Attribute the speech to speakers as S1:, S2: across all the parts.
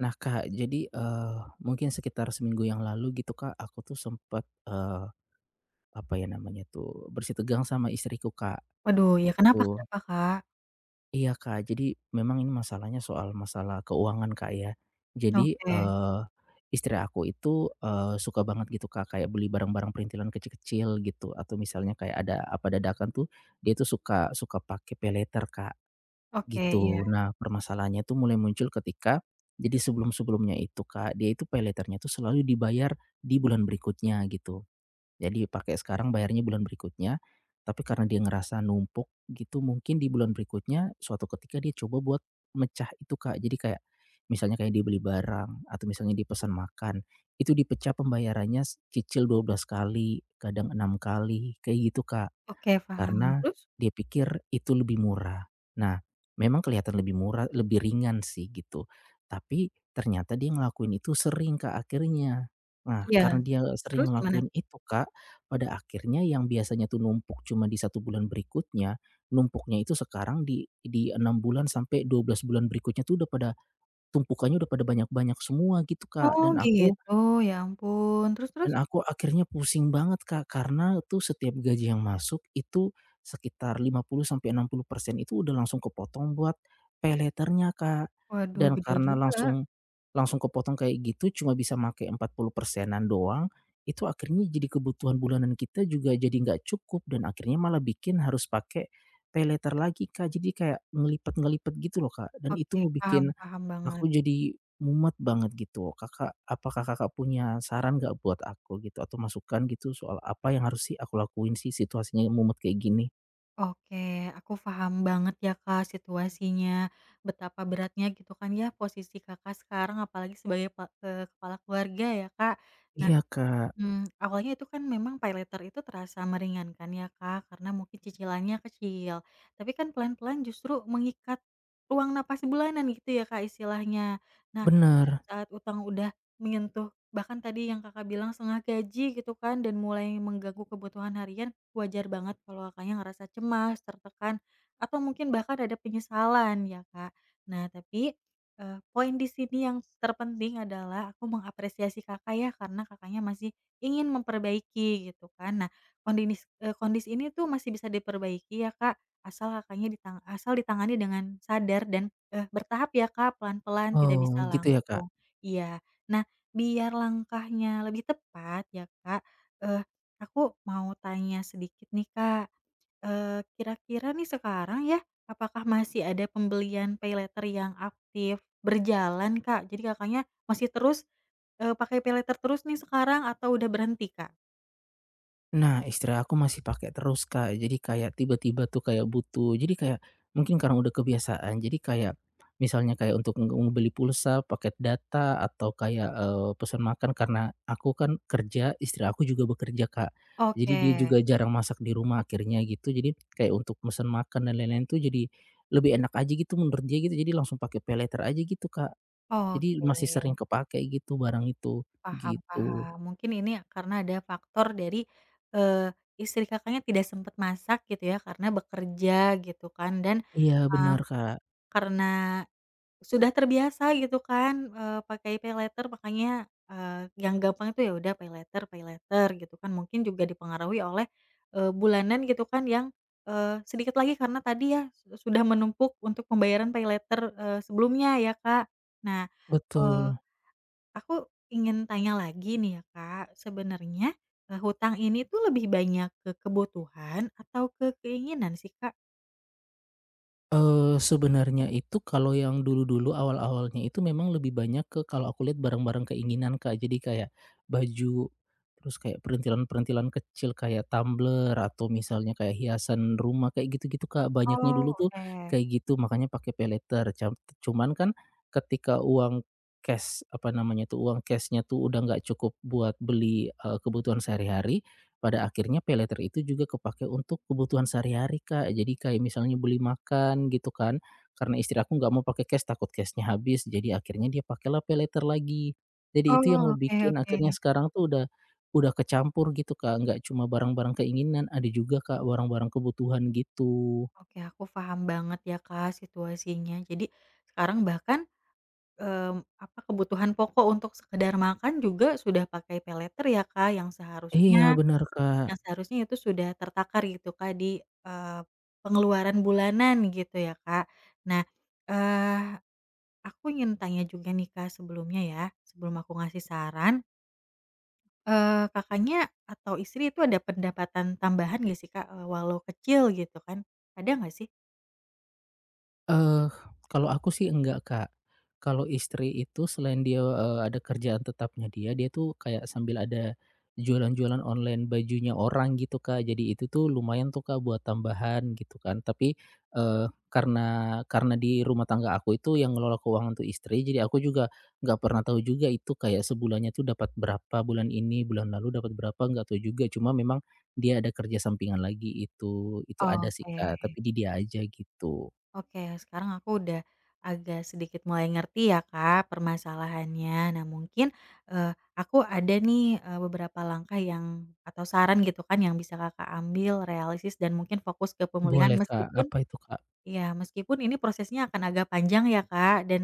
S1: Nah, Kak, jadi, mungkin sekitar seminggu yang lalu gitu, Kak, aku tuh sempat apa ya namanya tuh, bersitegang sama istriku, Kak,
S2: Waduh, ya kenapa
S1: gitu.
S2: kenapa, Kak?
S1: Iya, Kak, jadi memang ini masalahnya soal masalah keuangan, Kak, ya. Jadi,
S2: Oke
S1: istri aku itu, suka banget gitu, Kak, kayak beli barang-barang perintilan kecil-kecil gitu, atau misalnya kayak ada apa dadakan tuh, dia tuh suka suka pakai paylater, Kak.
S2: oke, iya,
S1: Gitu. Nah, permasalahannya tuh mulai muncul ketika jadi sebelum-sebelumnya itu, Kak, dia itu paylater-nya tuh selalu dibayar di bulan berikutnya gitu. Jadi pakai sekarang bayarnya bulan berikutnya, tapi karena dia ngerasa numpuk gitu mungkin di bulan berikutnya suatu ketika dia coba buat mecah itu, Kak. Jadi kayak misalnya kayak dia beli barang atau misalnya dia pesan makan, itu dipecah pembayarannya cicil 12 kali, kadang 6 kali, kayak gitu, Kak.
S2: oke paham.
S1: Karena
S2: Terus?
S1: dia pikir itu lebih murah. Nah, memang kelihatan lebih murah, lebih ringan sih gitu. Tapi ternyata dia ngelakuin itu sering, Kak, akhirnya. Nah,
S2: Iya,
S1: karena dia sering
S2: terus gimana?
S1: ngelakuin itu, Kak, pada akhirnya yang biasanya tuh numpuk cuma di satu bulan berikutnya, numpuknya itu sekarang di 6 bulan sampai 12 bulan berikutnya tuh udah pada tumpukannya udah pada banyak-banyak semua gitu, Kak. Dan
S2: Oh
S1: aku
S2: gitu, ya ampun, terus terus?
S1: dan aku akhirnya pusing banget, Kak, karena tuh setiap gaji yang masuk itu sekitar 50 sampai 60% itu udah langsung kepotong buat paylater-nya, Kak.
S2: Waduh
S1: Dan
S2: gede
S1: karena
S2: juga.
S1: langsung langsung kepotong kayak gitu cuma bisa make 40 persenan doang, itu akhirnya jadi kebutuhan bulanan kita juga jadi nggak cukup dan akhirnya malah bikin harus pakai paylater lagi, Kak. Jadi kayak ngelipet-ngelipet gitu loh, Kak, dan itu
S2: Oke, paham
S1: ngebikin
S2: paham banget.
S1: aku jadi mumet banget gitu. Kakak, apakah Kakak punya saran nggak buat aku gitu atau masukan gitu soal apa yang harus sih aku lakuin sih situasinya mumet kayak gini?
S2: Oke, aku paham banget ya, Kak, situasinya, betapa beratnya gitu kan ya posisi Kakak sekarang apalagi sebagai kepala keluarga ya, Kak. Nah,
S1: Iya, Kak,
S2: Awalnya itu kan memang paylater itu terasa meringankan ya Kak, karena mungkin cicilannya kecil. Tapi kan pelan-pelan justru mengikat, ruang napas bulanan gitu ya Kak istilahnya. Nah,
S1: bener.
S2: saat utang udah menyentuh bahkan tadi yang Kakak bilang setengah gaji gitu kan dan mulai mengganggu kebutuhan harian, wajar banget kalau Kakaknya ngerasa cemas, tertekan, atau mungkin bahkan ada penyesalan ya, Kak. Nah tapi, poin di sini yang terpenting adalah aku mengapresiasi Kakak ya karena Kakaknya masih ingin memperbaiki gitu kan. Nah, kondisi ini tuh masih bisa diperbaiki ya, Kak, asal Kakaknya ditangani dengan sadar dan, bertahap ya, Kak, pelan-pelan tidak
S1: Oh,
S2: bisa Mhm.
S1: gitu ya, Kak?
S2: langsung. Iya. Nah, biar langkahnya lebih tepat ya, Kak, eee, aku mau tanya sedikit nih, Kak. Kira-kira nih sekarang ya, apakah masih ada pembelian paylater yang aktif berjalan, Kak? Jadi Kakaknya masih terus, pakai paylater terus nih sekarang atau udah berhenti, Kak?
S1: Nah, istri aku masih pakai terus, Kak. Jadi kayak tiba-tiba tuh kayak butuh. Jadi kayak mungkin karena udah kebiasaan. Jadi kayak misalnya kayak untuk ngebeli pulsa, paket data, atau kayak, pesan makan karena aku kan kerja, istri aku juga bekerja, Kak. Jadi
S2: Oke,
S1: dia juga jarang masak di rumah akhirnya gitu. Jadi kayak untuk pesan makan dan lain-lain tuh jadi lebih enak aja gitu menurut dia gitu. Jadi langsung pakai paylater aja gitu, Kak. Jadi masih sering
S2: oke.
S1: kepake gitu barang itu,
S2: Paham
S1: gitu.
S2: paham. Mungkin ini karena ada faktor dari, istri Kakaknya tidak sempat masak gitu ya karena bekerja gitu kan dan,
S1: Iya,
S2: eee,
S1: benar, Kak.
S2: karena sudah terbiasa gitu kan, pakai paylater makanya, yang gampang itu ya udah paylater paylater gitu kan. Mungkin juga dipengaruhi oleh, bulanan gitu kan yang, sedikit lagi karena tadi ya sudah menumpuk untuk pembayaran paylater, sebelumnya ya Kak. Nah,
S1: Betul.
S2: aku ingin tanya lagi nih ya Kak, sebenarnya, hutang ini tuh lebih banyak ke kebutuhan atau ke keinginan sih Kak?
S1: Sebenarnya itu kalau yang dulu-dulu awal-awalnya itu memang lebih banyak ke kalau aku lihat barang-barang keinginan, Kak. Jadi kayak baju, terus kayak perintilan-perintilan kecil kayak tumbler atau misalnya kayak hiasan rumah kayak gitu-gitu, Kak. Banyaknya dulu
S2: Oh,
S1: tuh
S2: oke.
S1: kayak gitu makanya pakai paylater. Cuman kan ketika uang cash, apa namanya tuh, uang cash-nya tuh udah nggak cukup buat beli, kebutuhan sehari-hari, pada akhirnya paylater itu juga kepakai untuk kebutuhan sehari-hari, Kak. Jadi kayak misalnya beli makan gitu kan, karena istri aku nggak mau pakai cash, takut cashnya habis, jadi akhirnya dia pakailah paylater lagi. Jadi itu yang
S2: Oh, oke
S1: ngebikin
S2: oke.
S1: akhirnya sekarang tuh udah kecampur gitu, Kak, nggak cuma barang-barang keinginan, ada juga, Kak, barang-barang kebutuhan gitu.
S2: Oke, aku paham banget ya Kak situasinya. Jadi sekarang bahkan, mmm, apa, kebutuhan pokok untuk sekedar makan juga sudah pakai paylater ya Kak,
S1: Iya, benar, Kak.
S2: yang seharusnya itu sudah tertakar gitu Kak di, eee, pengeluaran bulanan gitu ya Kak. Nah, eee aku ingin tanya juga nih Kak sebelumnya ya, sebelum aku ngasih saran, Kakaknya atau istri itu ada pendapatan tambahan nggak sih Kak, walau kecil gitu kan, ada nggak sih?
S1: Eee, Kalau aku sih enggak, Kak. Kalau istri itu selain dia, ada kerjaan tetapnya dia, dia tuh kayak sambil ada jualan-jualan online bajunya orang gitu, Kak. Jadi itu tuh lumayan tuh, Kak, buat tambahan gitu kan. Tapi, karena di rumah tangga aku itu yang ngelola keuangan tuh istri, jadi aku juga nggak pernah tahu juga itu kayak sebulannya tuh dapat berapa bulan ini, bulan lalu dapat berapa, nggak tahu juga. Cuma memang dia ada kerja sampingan lagi itu ada sih,
S2: Oke
S1: Kak, tapi di dia aja gitu.
S2: oke, sekarang aku udah agak sedikit mulai ngerti ya Kak permasalahannya. Nah mungkin, eee, aku ada nih, beberapa langkah yang atau saran gitu kan yang bisa Kakak ambil realistis dan mungkin fokus ke pemulihan
S1: Boleh, Kak.
S2: meskipun
S1: Apa itu, Kak?
S2: ya meskipun ini prosesnya akan agak panjang ya Kak dan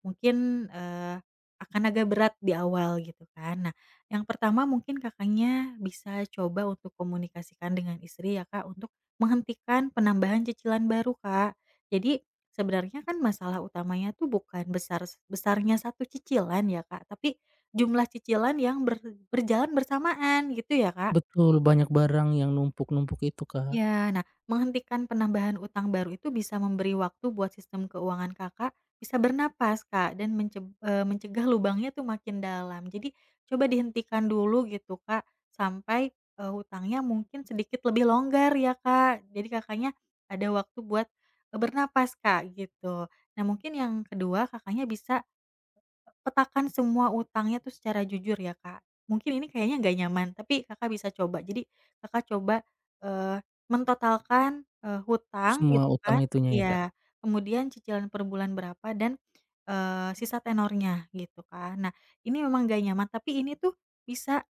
S2: mungkin, eee, akan agak berat di awal gitu kan. Nah, yang pertama mungkin Kakaknya bisa coba untuk komunikasikan dengan istri ya Kak, untuk menghentikan penambahan cicilan baru Kak. Jadi, sebenarnya kan masalah utamanya tuh bukan besar besarnya satu cicilan ya Kak, tapi jumlah cicilan yang berjalan bersamaan gitu ya Kak.
S1: Betul, banyak barang yang numpuk-numpuk itu, Kak.
S2: Iya, nah menghentikan penambahan utang baru itu bisa memberi waktu buat sistem keuangan Kakak bisa bernapas, Kak, dan mencegah lubangnya tuh makin dalam. Jadi coba dihentikan dulu gitu, Kak, sampai, hutangnya mungkin sedikit lebih longgar ya, Kak. Jadi Kakaknya ada waktu buat, bernapas, Kak, gitu. Nah mungkin yang kedua Kakaknya bisa petakan semua utangnya tuh secara jujur ya, Kak. Mungkin ini kayaknya nggak nyaman, tapi Kakak bisa coba. Jadi Kakak coba, eee, mentotalkan, hutang
S1: Semua
S2: gitu
S1: utang
S2: kan
S1: itunya ya, Kak?
S2: iya, kemudian cicilan per bulan berapa dan, sisa tenornya gitu kan. Nah, ini memang nggak nyaman, tapi ini tuh bisa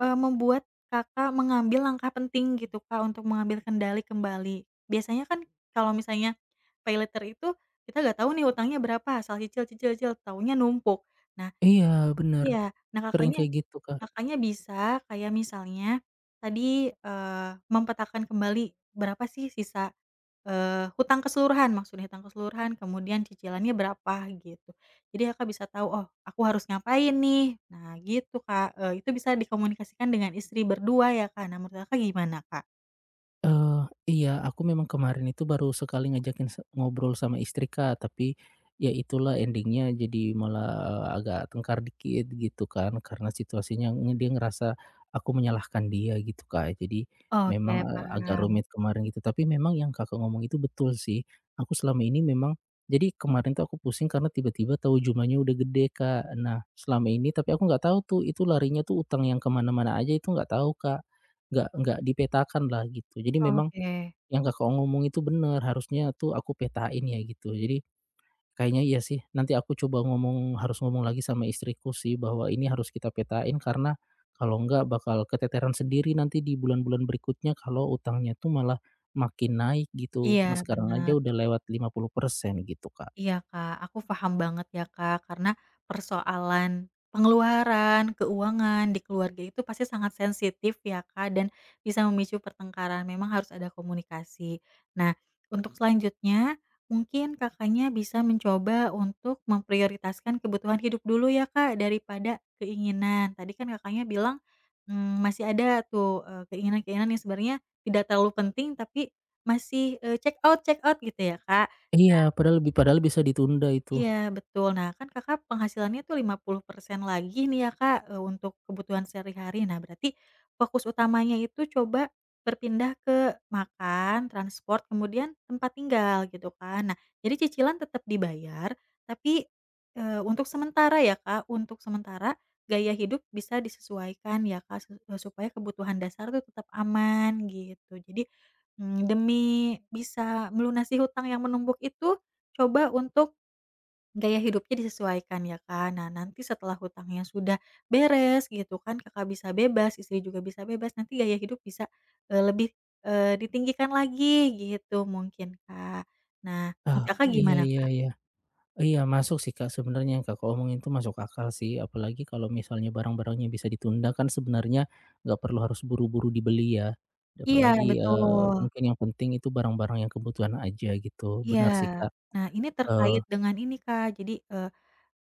S2: Membuat Kakak mengambil langkah penting gitu, Kak, untuk mengambil kendali kembali. Biasanya kan kalau misalnya paylater itu kita nggak tahu nih hutangnya berapa, asal cicil cicil cicil, taunya numpuk. Nah
S1: Iya, bener.
S2: iya, nah
S1: Sering
S2: Kakaknya
S1: kayak gitu, Kak.
S2: Kakaknya bisa kayak misalnya tadi, memetakan kembali berapa sih sisa hutang keseluruhan maksudnya hutang keseluruhan kemudian cicilannya berapa gitu. Jadi Kakak bisa tahu, "Oh aku harus ngapain nih?" Nah gitu Kak, itu bisa dikomunikasikan dengan istri berdua ya Kak, nah menurut Kakak gimana Kak?
S1: Eee, iya, aku memang kemarin itu baru sekali ngajakin ngobrol sama istri, Kak, tapi ya itulah endingnya, jadi malah, agak tengkar dikit gitu kan, karena situasinya dia ngerasa aku menyalahkan dia gitu, Kak. Jadi
S2: Oke
S1: memang, Oh. Agak
S2: paham,
S1: rumit kemarin gitu, tapi memang yang Kakak ngomong itu betul sih. Aku selama ini memang jadi kemarin tuh aku pusing karena tiba-tiba tahu jumlahnya udah gede, Kak. Nah, selama ini tapi aku nggak tahu tuh itu larinya tuh utang yang kemana mana aja itu nggak tahu, Kak. Nggak dipetakan lah gitu. Jadi memang
S2: oke.
S1: yang Kakak ngomong itu benar harusnya tuh aku petain ya gitu. Jadi kayaknya iya sih, nanti aku coba ngomong harus ngomong lagi sama istriku sih bahwa ini harus kita petain karena kalau enggak bakal keteteran sendiri nanti di bulan-bulan berikutnya kalau utangnya tuh malah makin naik gitu,
S2: Iya
S1: karena sekarang aja
S2: bener.
S1: udah lewat 50% gitu, Kak.
S2: Iya, Kak, aku paham banget ya, Kak, karena persoalan pengeluaran, keuangan di keluarga itu pasti sangat sensitif ya, Kak, dan bisa memicu pertengkaran. Memang harus ada komunikasi. Nah, untuk Mhm. selanjutnya mungkin Kakaknya bisa mencoba untuk memprioritaskan kebutuhan hidup dulu ya, Kak, daripada keinginan. Tadi kan Kakaknya bilang, mmm, masih ada tuh, keinginan-keinginan yang sebenarnya tidak terlalu penting tapi masih, check out gitu ya, Kak?
S1: Iya, padahal bisa ditunda itu.
S2: Iya betul. Nah kan Kakak penghasilannya tuh 50% lagi nih ya Kak, untuk kebutuhan sehari-hari. Nah berarti fokus utamanya itu coba berpindah ke makan, transport, kemudian tempat tinggal gitu kan. Nah jadi cicilan tetap dibayar, tapi, untuk sementara ya Kak, untuk sementara gaya hidup bisa disesuaikan ya Kak, supaya kebutuhan dasar tuh tetap aman gitu. Jadi, mmm, demi bisa melunasi hutang yang menumpuk itu, coba untuk gaya hidupnya disesuaikan ya, Kak. Nah, nanti setelah hutangnya sudah beres gitu kan, Kakak bisa bebas, istri juga bisa bebas, nanti gaya hidup bisa, lebih, ditinggikan lagi gitu mungkin, Kak. Nah, menurut
S1: Ah,
S2: Kakak
S1: iya,
S2: gimana,
S1: iya,
S2: Kak?
S1: iya. Iya, masuk sih, Kak, sebenarnya yang Kakak omongin itu masuk akal sih, apalagi kalau misalnya barang-barangnya bisa ditunda kan sebenarnya nggak perlu harus buru-buru dibeli ya,
S2: Iya,
S1: apalagi,
S2: betul.
S1: mungkin yang penting itu barang-barang yang kebutuhan aja gitu,
S2: Iya.
S1: benar sih, Kak,
S2: Nah, ini
S1: eee,
S2: terkait dengan ini, Kak, jadi,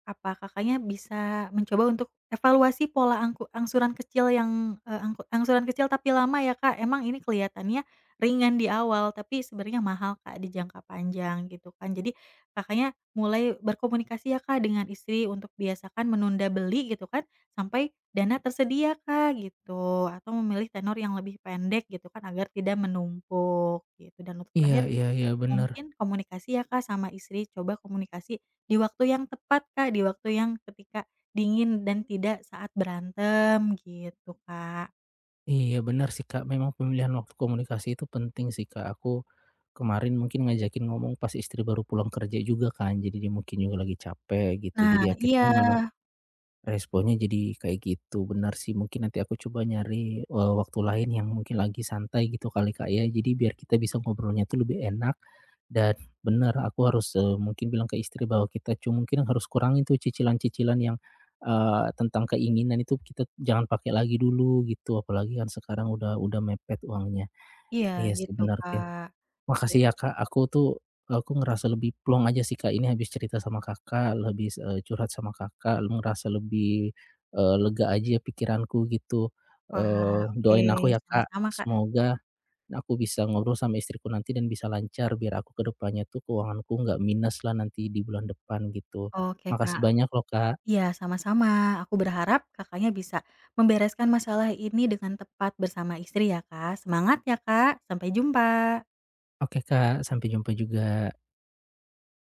S2: apa Kakaknya bisa mencoba untuk evaluasi pola angsuran kecil yang, angsuran kecil tapi lama ya Kak, emang ini kelihatannya ringan di awal tapi sebenarnya mahal Kak di jangka panjang gitu kan. Jadi Kakaknya mulai berkomunikasi ya Kak dengan istri untuk biasakan menunda beli gitu kan, sampai dana tersedia Kak gitu, atau memilih tenor yang lebih pendek gitu kan agar tidak menumpuk gitu. Dan untuk
S1: iya,
S2: terakhir
S1: iya, iya, benar,
S2: mungkin komunikasi ya, Kak, sama istri, coba komunikasi di waktu yang tepat, Kak, di waktu yang ketika dingin dan tidak saat berantem gitu, Kak.
S1: iya benar sih, Kak, memang pemilihan waktu komunikasi itu penting sih, Kak, aku kemarin mungkin ngajakin ngomong pas istri baru pulang kerja juga kan, jadi dia mungkin juga lagi capek gitu,
S2: Nah
S1: jadi
S2: iya
S1: akhirnya malah responnya jadi kayak gitu, benar sih mungkin nanti aku coba nyari, waktu lain yang mungkin lagi santai gitu kali, Kak, ya. Jadi biar kita bisa ngobrolnya tuh lebih enak dan benar aku harus, mungkin bilang ke istri bahwa kita cuma mungkin harus kurangin tuh cicilan-cicilan yang, tentang keinginan itu kita jangan pakai lagi dulu gitu, apalagi kan sekarang udah mepet uangnya.
S2: iya
S1: Iya sih
S2: gitu,
S1: benar kayak.
S2: Kak.
S1: Makasih ya, Kak, aku ngerasa lebih plong aja sih, Kak, ini habis cerita sama Kakak, lebih curhat sama Kakak, lu ngerasa lebih, lega aja ya pikiranku gitu.
S2: Wah, oke,
S1: Doain aku ya, Kak,
S2: sama-sama, Kak.
S1: semoga aku bisa ngobrol sama istriku nanti dan bisa lancar biar aku ke depannya tuh keuanganku nggak minus lah nanti di bulan depan gitu.
S2: Oke,
S1: Makasih
S2: Kak.
S1: banyak loh, Kak.
S2: Iya, sama-sama. Aku berharap Kakaknya bisa membereskan masalah ini dengan tepat bersama istri ya, Kak. Semangat ya, Kak. Sampai jumpa.
S1: Oke, Kak, sampai jumpa juga.